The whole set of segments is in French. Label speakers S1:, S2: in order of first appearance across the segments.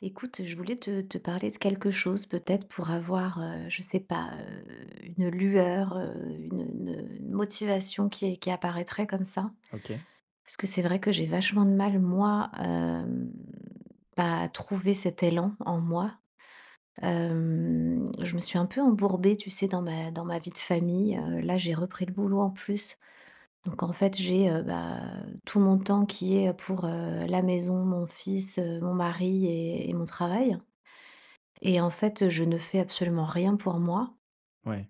S1: Écoute, je voulais te parler de quelque chose peut-être pour avoir, je sais pas, une lueur, une motivation qui apparaîtrait comme ça.
S2: OK.
S1: Parce que c'est vrai que j'ai vachement de mal moi, bah, à trouver cet élan en moi. Je me suis un peu embourbée, tu sais, dans ma vie de famille, là, j'ai repris le boulot en plus. Donc en fait, j'ai, bah, tout mon temps qui est pour, la maison, mon fils, mon mari et mon travail. Et en fait, je ne fais absolument rien pour moi,
S2: Ouais.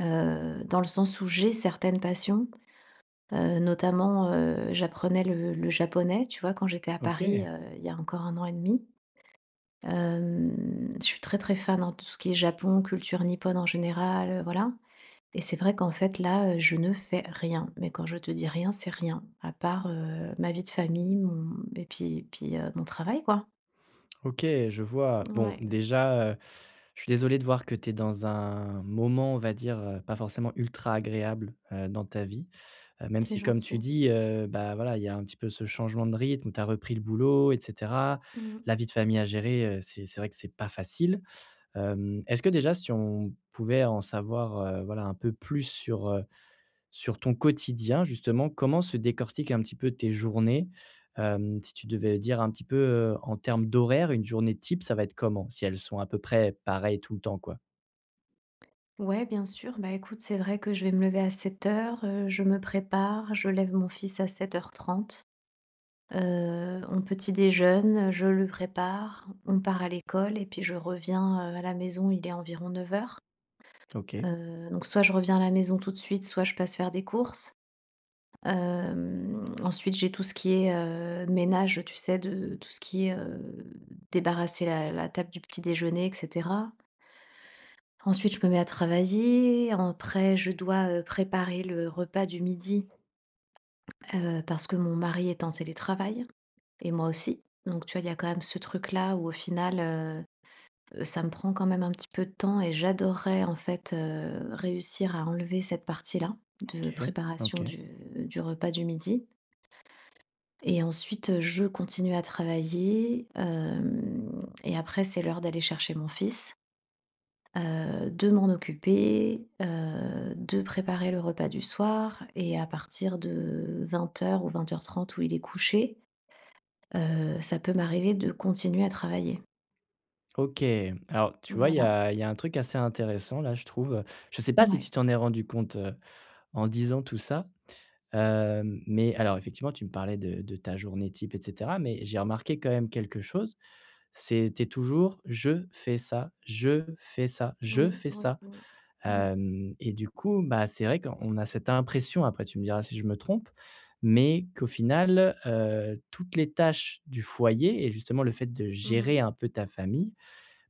S1: dans le sens où j'ai certaines passions, notamment, j'apprenais le japonais, tu vois? Quand j'étais à Paris,
S2: OK.
S1: il y a encore un an et demi. 2 je suis très, très fan en tout ce qui est Japon, culture nippone en général, voilà. Et c'est vrai qu'en fait là, je ne fais rien. Mais quand je te dis rien, c'est rien, à part, ma vie de famille, mon et puis, mon travail, quoi.
S2: OK, je vois. Bon,
S1: Ouais,
S2: déjà, je suis désolé de voir que tu es dans un moment, on va dire, pas forcément ultra agréable, dans ta vie. Même
S1: c'est
S2: si comme tu
S1: gentil.
S2: dis, voilà, il y a un petit peu ce changement de rythme où tu as repris le boulot et cetera.
S1: Mmh.
S2: La vie de famille à gérer, c'est vrai que c'est pas facile. Est-ce que déjà si on pouvait en savoir, voilà, un peu plus sur, sur ton quotidien justement, comment se décortiquent un petit peu tes journées? Si tu devais dire un petit peu, en termes d'horaire, une journée type, ça va être comment? Si elles sont à peu près pareilles tout le temps, quoi?
S1: Ouais, bien sûr. Bah, écoute, c'est vrai que je vais me lever à 7:00, je me prépare, je lève mon fils à 7:30. On petit déjeune, je le prépare, on part à l'école et puis je reviens, à la maison, il est environ 9:00.
S2: OK,
S1: Donc soit je reviens à la maison tout de suite, soit je passe faire des courses. Ensuite, j'ai tout ce qui est, ménage, tu sais, de tout ce qui est, débarrasser la table du petit déjeuner et cetera. Ensuite, je me mets à travailler. Après, je dois, préparer le repas du midi, parce que mon mari est en télétravail et moi aussi. Donc tu vois, il y a quand même ce truc-là où au final, ça me prend quand même un petit peu de temps et j'adorerais en fait, réussir à enlever cette partie-là de
S2: OK,
S1: préparation
S2: OK,
S1: du repas du midi et ensuite, je continue à travailler, hem et après c'est l'heure d'aller chercher mon fils. De m'en occuper, de préparer le repas du soir et à partir de 20 h ou 20 h 30 où il est couché, ça peut m'arriver de continuer à travailler.
S2: OK. Alors tu vois, il y
S1: Voilà,
S2: a il y a un truc assez intéressant là, je trouve. Je ne sais pas si tu
S1: ouais.
S2: t'en es rendu compte, en disant tout ça. Mais alors effectivement, tu me parlais de ta journée type et cetera, mais j'ai remarqué quand même quelque chose, c'était toujours: «Je fais ça, je fais ça, je
S1: Oui,
S2: fais
S1: oui,
S2: ça».
S1: oui, oui.
S2: Hem Et du coup, bah, c'est vrai qu'on a cette impression, après tu me diras si je me trompe, mais qu'au final, toutes les tâches du foyer et justement le fait de gérer
S1: Mmh.
S2: un peu ta famille,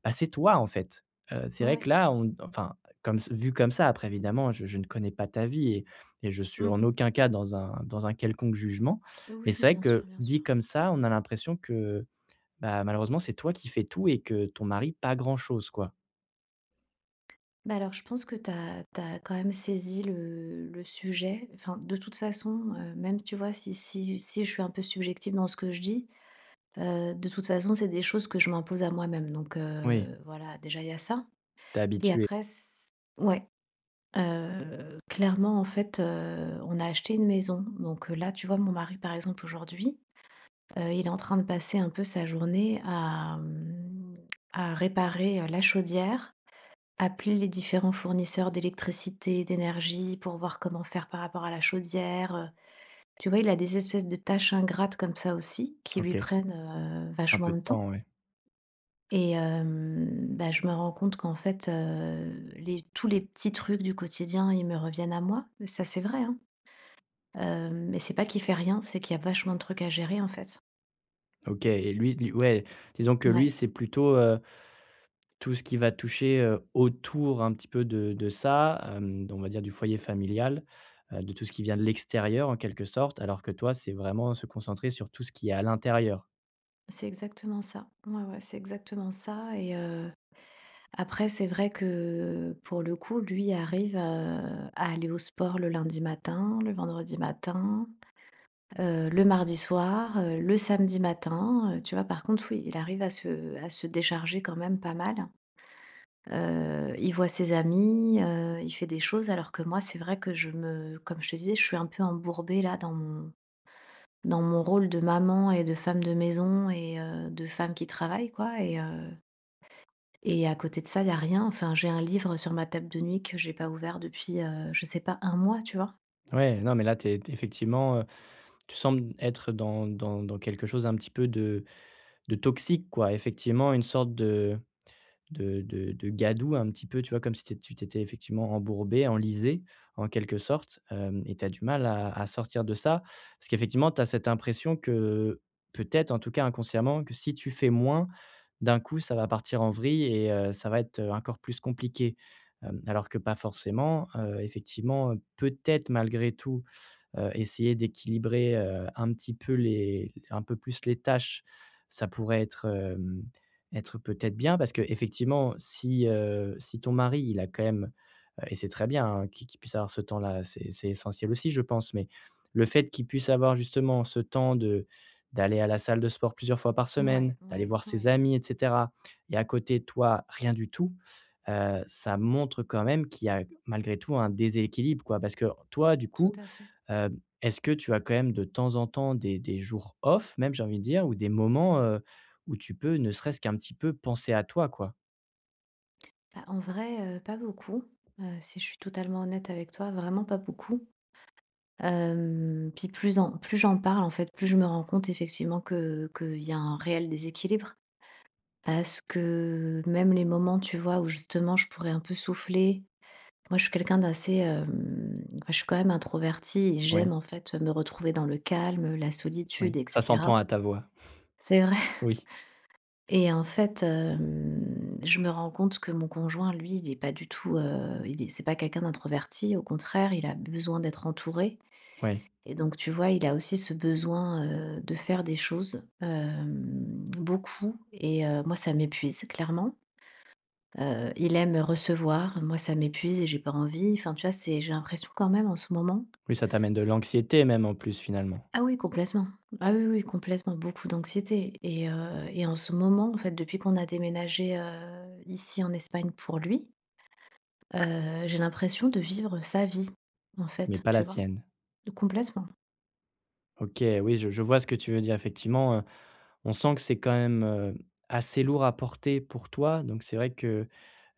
S2: bah, c'est toi, en fait. C'est vrai que
S1: Ouais.
S2: là, on comme vu comme ça, après évidemment, je ne connais pas ta vie et je suis en
S1: Mmh.
S2: aucun cas dans un quelconque jugement. Mais
S1: Oui,
S2: c'est
S1: oui,
S2: vrai
S1: bien sûr,
S2: que,
S1: bien sûr.
S2: dit comme ça, on a l'impression que, bah, malheureusement, c'est toi qui fais tout et que ton mari, pas grand-chose, quoi.
S1: Bah, alors je pense que tu as quand même saisi le sujet. Enfin, de toute façon, même, tu vois, si je suis un peu subjective dans ce que je dis. De toute façon, c'est des choses que je m'impose à moi-même donc
S2: Oui,
S1: voilà, déjà il y a ça
S2: t'es
S1: et
S2: habitué.
S1: après s ouais, clairement, en fait, on a acheté une maison donc là, tu vois, mon mari, par exemple, aujourd'hui, il est en train de passer un peu sa journée à, à réparer, la chaudière, appeler les différents fournisseurs d'électricité, d'énergie pour voir comment faire par rapport à la chaudière. Tu vois, il a des espèces de tâches ingrates comme ça aussi qui
S2: OK,
S1: lui prennent,
S2: un
S1: vachement
S2: peu
S1: de
S2: de
S1: temps.
S2: temps, ouais.
S1: Et bah, je me rends compte qu'en fait, les tous les petits trucs du quotidien, ils me reviennent à moi. Ça, c'est vrai, hein. Mais c'est pas qu'il fait rien, c'est qu'il y a vachement de trucs à gérer, en fait.
S2: OK et lui ouais, disons que lui,
S1: Ouais,
S2: c'est plutôt, tout ce qui va toucher, autour un petit peu de ça, hem, on va dire du foyer familial, de tout ce qui vient de l'extérieur en quelque sorte, alors que toi, c'est vraiment se concentrer sur tout ce qui est à l'intérieur.
S1: c'est exactement ça. Ouais, ouais, c'est exactement ça et après, c'est vrai que, pour le coup, lui arrive, à aller au sport le lundi matin, le vendredi matin, le mardi soir, le samedi matin, tu vois? Par contre, oui, il arrive à se décharger quand même pas mal. Il voit ses amis, il fait des choses alors que moi c'est vrai que je me comme je te disais, je suis un peu embourbée là dans mon rôle de maman et de femme de maison et de femme qui travaille quoi et à côté de ça, il y a rien. Enfin, j'ai un livre sur ma table de nuit que j'ai pas ouvert depuis, je sais pas un mois, tu vois?
S2: Ouais, non, mais là, t'es es effectivement, tu sembles être dans dans quelque chose un petit peu de toxique quoi. Effectivement une sorte de gadou un petit peu, tu vois? Comme si t'é tu t'étais effectivement embourbé, enlisé en quelque sorte, hem et tu as du mal à sortir de ça. Parce qu'effectivement, tu as cette impression que, peut-être, en tout cas inconsciemment, que si tu fais moins, d'un coup, ça va partir en vrille et ça va être, encore plus compliqué. Alors que pas forcément, effectivement, peut-être malgré tout, essayer d'équilibrer, un petit peu les un peu plus les tâches, ça pourrait être, être peut-être bien parce que effectivement si, si ton mari il a quand même, et c'est très bien, hein, qu'il puisse avoir ce temps-là, c'est essentiel aussi je pense, mais le fait qu'il puisse avoir justement ce temps de d'aller à la salle de sport plusieurs fois par semaine,
S1: Ouais,
S2: d'aller
S1: ouais,
S2: voir ses
S1: ouais,
S2: amis et cetera et à côté toi, rien du tout, ça montre quand même qu'il y a malgré tout un déséquilibre quoi. Parce que toi du
S1: tout
S2: coup,
S1: à fait.
S2: Heu, est-ce que tu as quand même de temps en temps des jours off même j'ai envie de dire ou des moments, où tu peux ne serait-ce qu'un petit peu penser à toi quoi?
S1: Bah, en vrai, pas beaucoup, si je suis totalement honnête avec toi, vraiment pas beaucoup. Puis plus en plus j'en parle, en fait, plus je me rends compte effectivement que qu'il y a un réel déséquilibre. Parce que même les moments, tu vois, où justement je pourrais un peu souffler, moi je suis quelqu'un d'assez, bah, je suis quand même introvertie et
S2: Oui,
S1: j'aime en fait me retrouver dans le calme, la
S2: oui,
S1: solitude et
S2: ça s'entend
S1: cetera.
S2: à ta voix.
S1: C'est vrai.
S2: Oui,
S1: Et en fait, je me rends compte que mon conjoint, lui, il est pas du tout, il est c'est pas quelqu'un d'introverti, au contraire, il a besoin d'être entouré.
S2: oui,
S1: Et donc, tu vois, il a aussi ce besoin, de faire des choses, beaucoup et moi, ça m'épuise clairement. Il aime recevoir, moi, ça m'épuise et j'ai pas envie. Enfin, tu vois, c'est j'ai l'impression quand même en ce moment.
S2: oui, ça t'amène de l'anxiété même en plus finalement,
S1: Ah oui, complètement. Ah oui, oui, complètement, beaucoup d'anxiété et en ce moment, en fait, depuis qu'on a déménagé, ici en Espagne pour lui, j'ai l'impression de vivre sa vie, en
S2: mais
S1: fait,
S2: pas
S1: tu
S2: la
S1: vois?
S2: tienne.
S1: Complètement.
S2: OK, oui, je vois ce que tu veux dire effectivement, on sent que c'est quand même, assez lourd à porter pour toi, donc c'est vrai que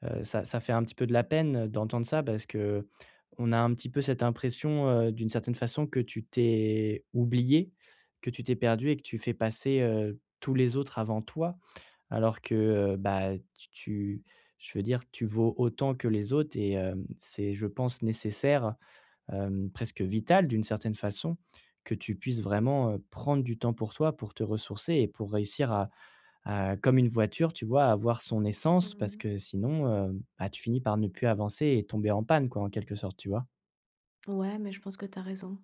S2: ça fait un petit peu de la peine d'entendre ça parce que on a un petit peu cette impression, d'une certaine façon que tu t'es oublié, que tu t'es perdu et que tu fais passer, tous les autres avant toi. Alors que, bah, tu tu je veux dire, tu vaux autant que les autres et c'est je pense nécessaire, presque vital d'une certaine façon que tu puisses vraiment, prendre du temps pour toi, pour te ressourcer et pour réussir à comme une voiture, tu vois, avoir son essence parce
S1: Mmh.
S2: que sinon, tu finis par ne plus avancer et tomber en panne, quoi, en quelque sorte, tu vois?
S1: Ouais, mais je pense que t'as raison.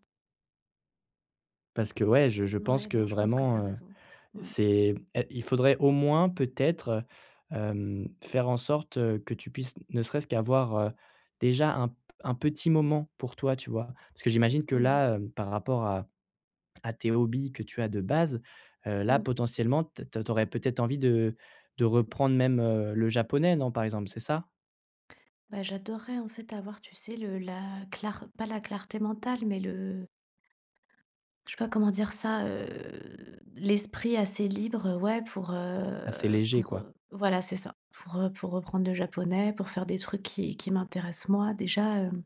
S2: Parce que ouais, je pense
S1: Ouais,
S2: que
S1: non, je pense que tu as
S2: vraiment,
S1: raison. Ouais.
S2: c'est et il faudrait au moins peut-être, heu, faire en sorte, que tu puisses ne serait-ce qu'avoir, déjà un petit moment pour toi, tu vois? Parce que j'imagine que
S1: Mmh mh.
S2: là, par rapport à tes hobbies que tu as de base, là,
S1: Mmh.
S2: potentiellement, t tu aurais peut-être envie de reprendre même, le japonais, non, par exemple, c'est ça?
S1: Bah, j'adorerais en fait avoir, tu sais, le la clar pas la clarté mentale, mais le je sais pas comment dire ça, l'esprit assez libre, ouais,
S2: Assez léger quoi,
S1: voilà, c'est ça, pour reprendre le japonais, pour faire des trucs qui m'intéressent moi. Déjà,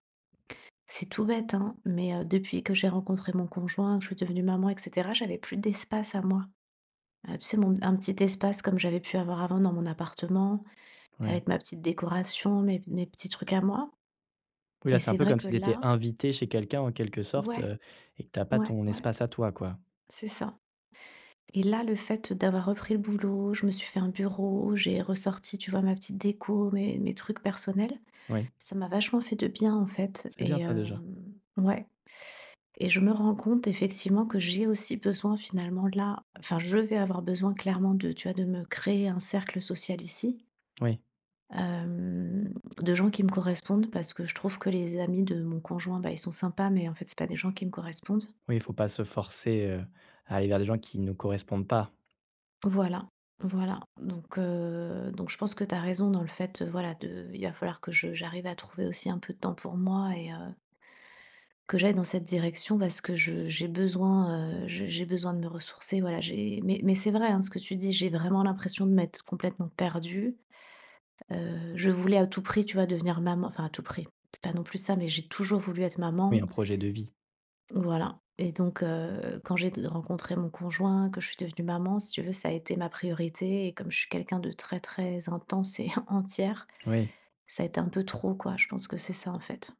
S1: c'est tout bête, hein, mais, depuis que j'ai rencontré mon conjoint, que je suis devenue maman et cetera, j'avais plus d'espace à moi. Tu sais, mon un petit espace comme j'avais pu avoir avant dans mon appartement.
S2: oui.
S1: Avec ma petite décoration, mes petits trucs à moi
S2: Oui, là,
S1: et
S2: c'est un
S1: c'est
S2: peu
S1: vrai
S2: comme
S1: que
S2: si tu étais
S1: là.
S2: invité chez quelqu'un en quelque sorte,
S1: Ouais,
S2: et que tu as pas
S1: ouais,
S2: ton
S1: ouais,
S2: espace à toi quoi.
S1: c'est ça et là, le fait d'avoir repris le boulot, je me suis fait un bureau, j'ai ressorti, tu vois, ma petite déco, mes trucs personnels.
S2: Oui,
S1: Ça m'a vachement fait de bien, en fait
S2: c'est bien
S1: et
S2: ça déjà.
S1: ouais et je me rends compte effectivement que j'ai aussi besoin finalement là enfin, je vais avoir besoin clairement de, tu vois, de me créer un cercle social ici,
S2: Oui,
S1: hem, de gens qui me correspondent parce que je trouve que les amis de mon conjoint, bah, ils sont sympas, mais en fait, c'est pas des gens qui me correspondent.
S2: oui, il faut pas se forcer, à aller vers des gens qui nous correspondent pas.
S1: Voilà, voilà. Donc je pense que tu as raison dans le fait, voilà, de il va falloir que je j'arrive à trouver aussi un peu de temps pour moi et que j'aille dans cette direction parce que je j'ai besoin de me ressourcer, voilà, j'ai mais c'est vrai, hein, ce que tu dis, j'ai vraiment l'impression de m'être complètement perdue. Je voulais à tout prix, tu vois, devenir maman enfin à tout prix, c'est pas non plus ça, mais j'ai toujours voulu être
S2: Oui,
S1: maman.
S2: un projet de vie.
S1: Voilà et quand j'ai rencontré mon conjoint, que je suis devenue maman, si tu veux, ça a été ma priorité et comme je suis quelqu'un de très, très intense et entière,
S2: Oui.
S1: ça a été un peu trop, quoi. Je pense que c'est ça, en fait.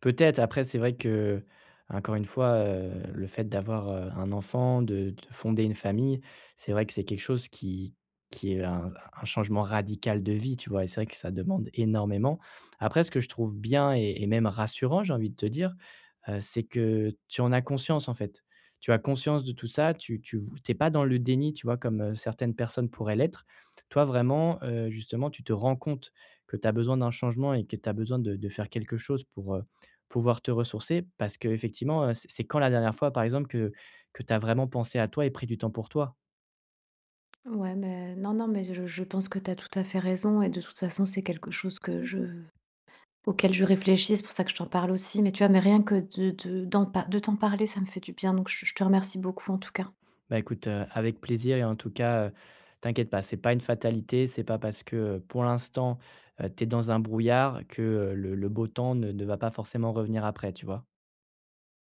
S2: Peut-être, après c'est vrai que, encore une fois, le fait d'avoir, un enfant, de fonder une famille, c'est vrai que c'est quelque chose qui est un changement radical de vie, tu vois? Et c'est vrai que ça demande énormément. Après ce que je trouve bien et même rassurant, j'ai envie de te dire, c'est que tu en as conscience, en fait. Tu as conscience de tout ça, tu t'es pas dans le déni, tu vois? Comme, certaines personnes pourraient l'être. Toi, vraiment, justement, tu te rends compte que tu as besoin d'un changement et que tu as besoin de faire quelque chose pour, pouvoir te ressourcer parce qu'effectivement, c'est quand la dernière fois, par exemple, que tu as vraiment pensé à toi et pris du temps pour toi?
S1: Ouais, mais non, non, mais je pense que tu as tout à fait raison et de toute façon, c'est quelque chose que je auquel je réfléchis, c'est pour ça que je t'en parle aussi, mais tu vois, mais rien que de d'en pa de t'en parler, ça me fait du bien, donc je te remercie beaucoup, en tout cas.
S2: Bah, écoute, avec plaisir et en tout cas, t'inquiète pas, c'est pas une fatalité. C'est pas parce que, pour l'instant, tu es dans un brouillard que, le beau temps ne va pas forcément revenir après, tu vois?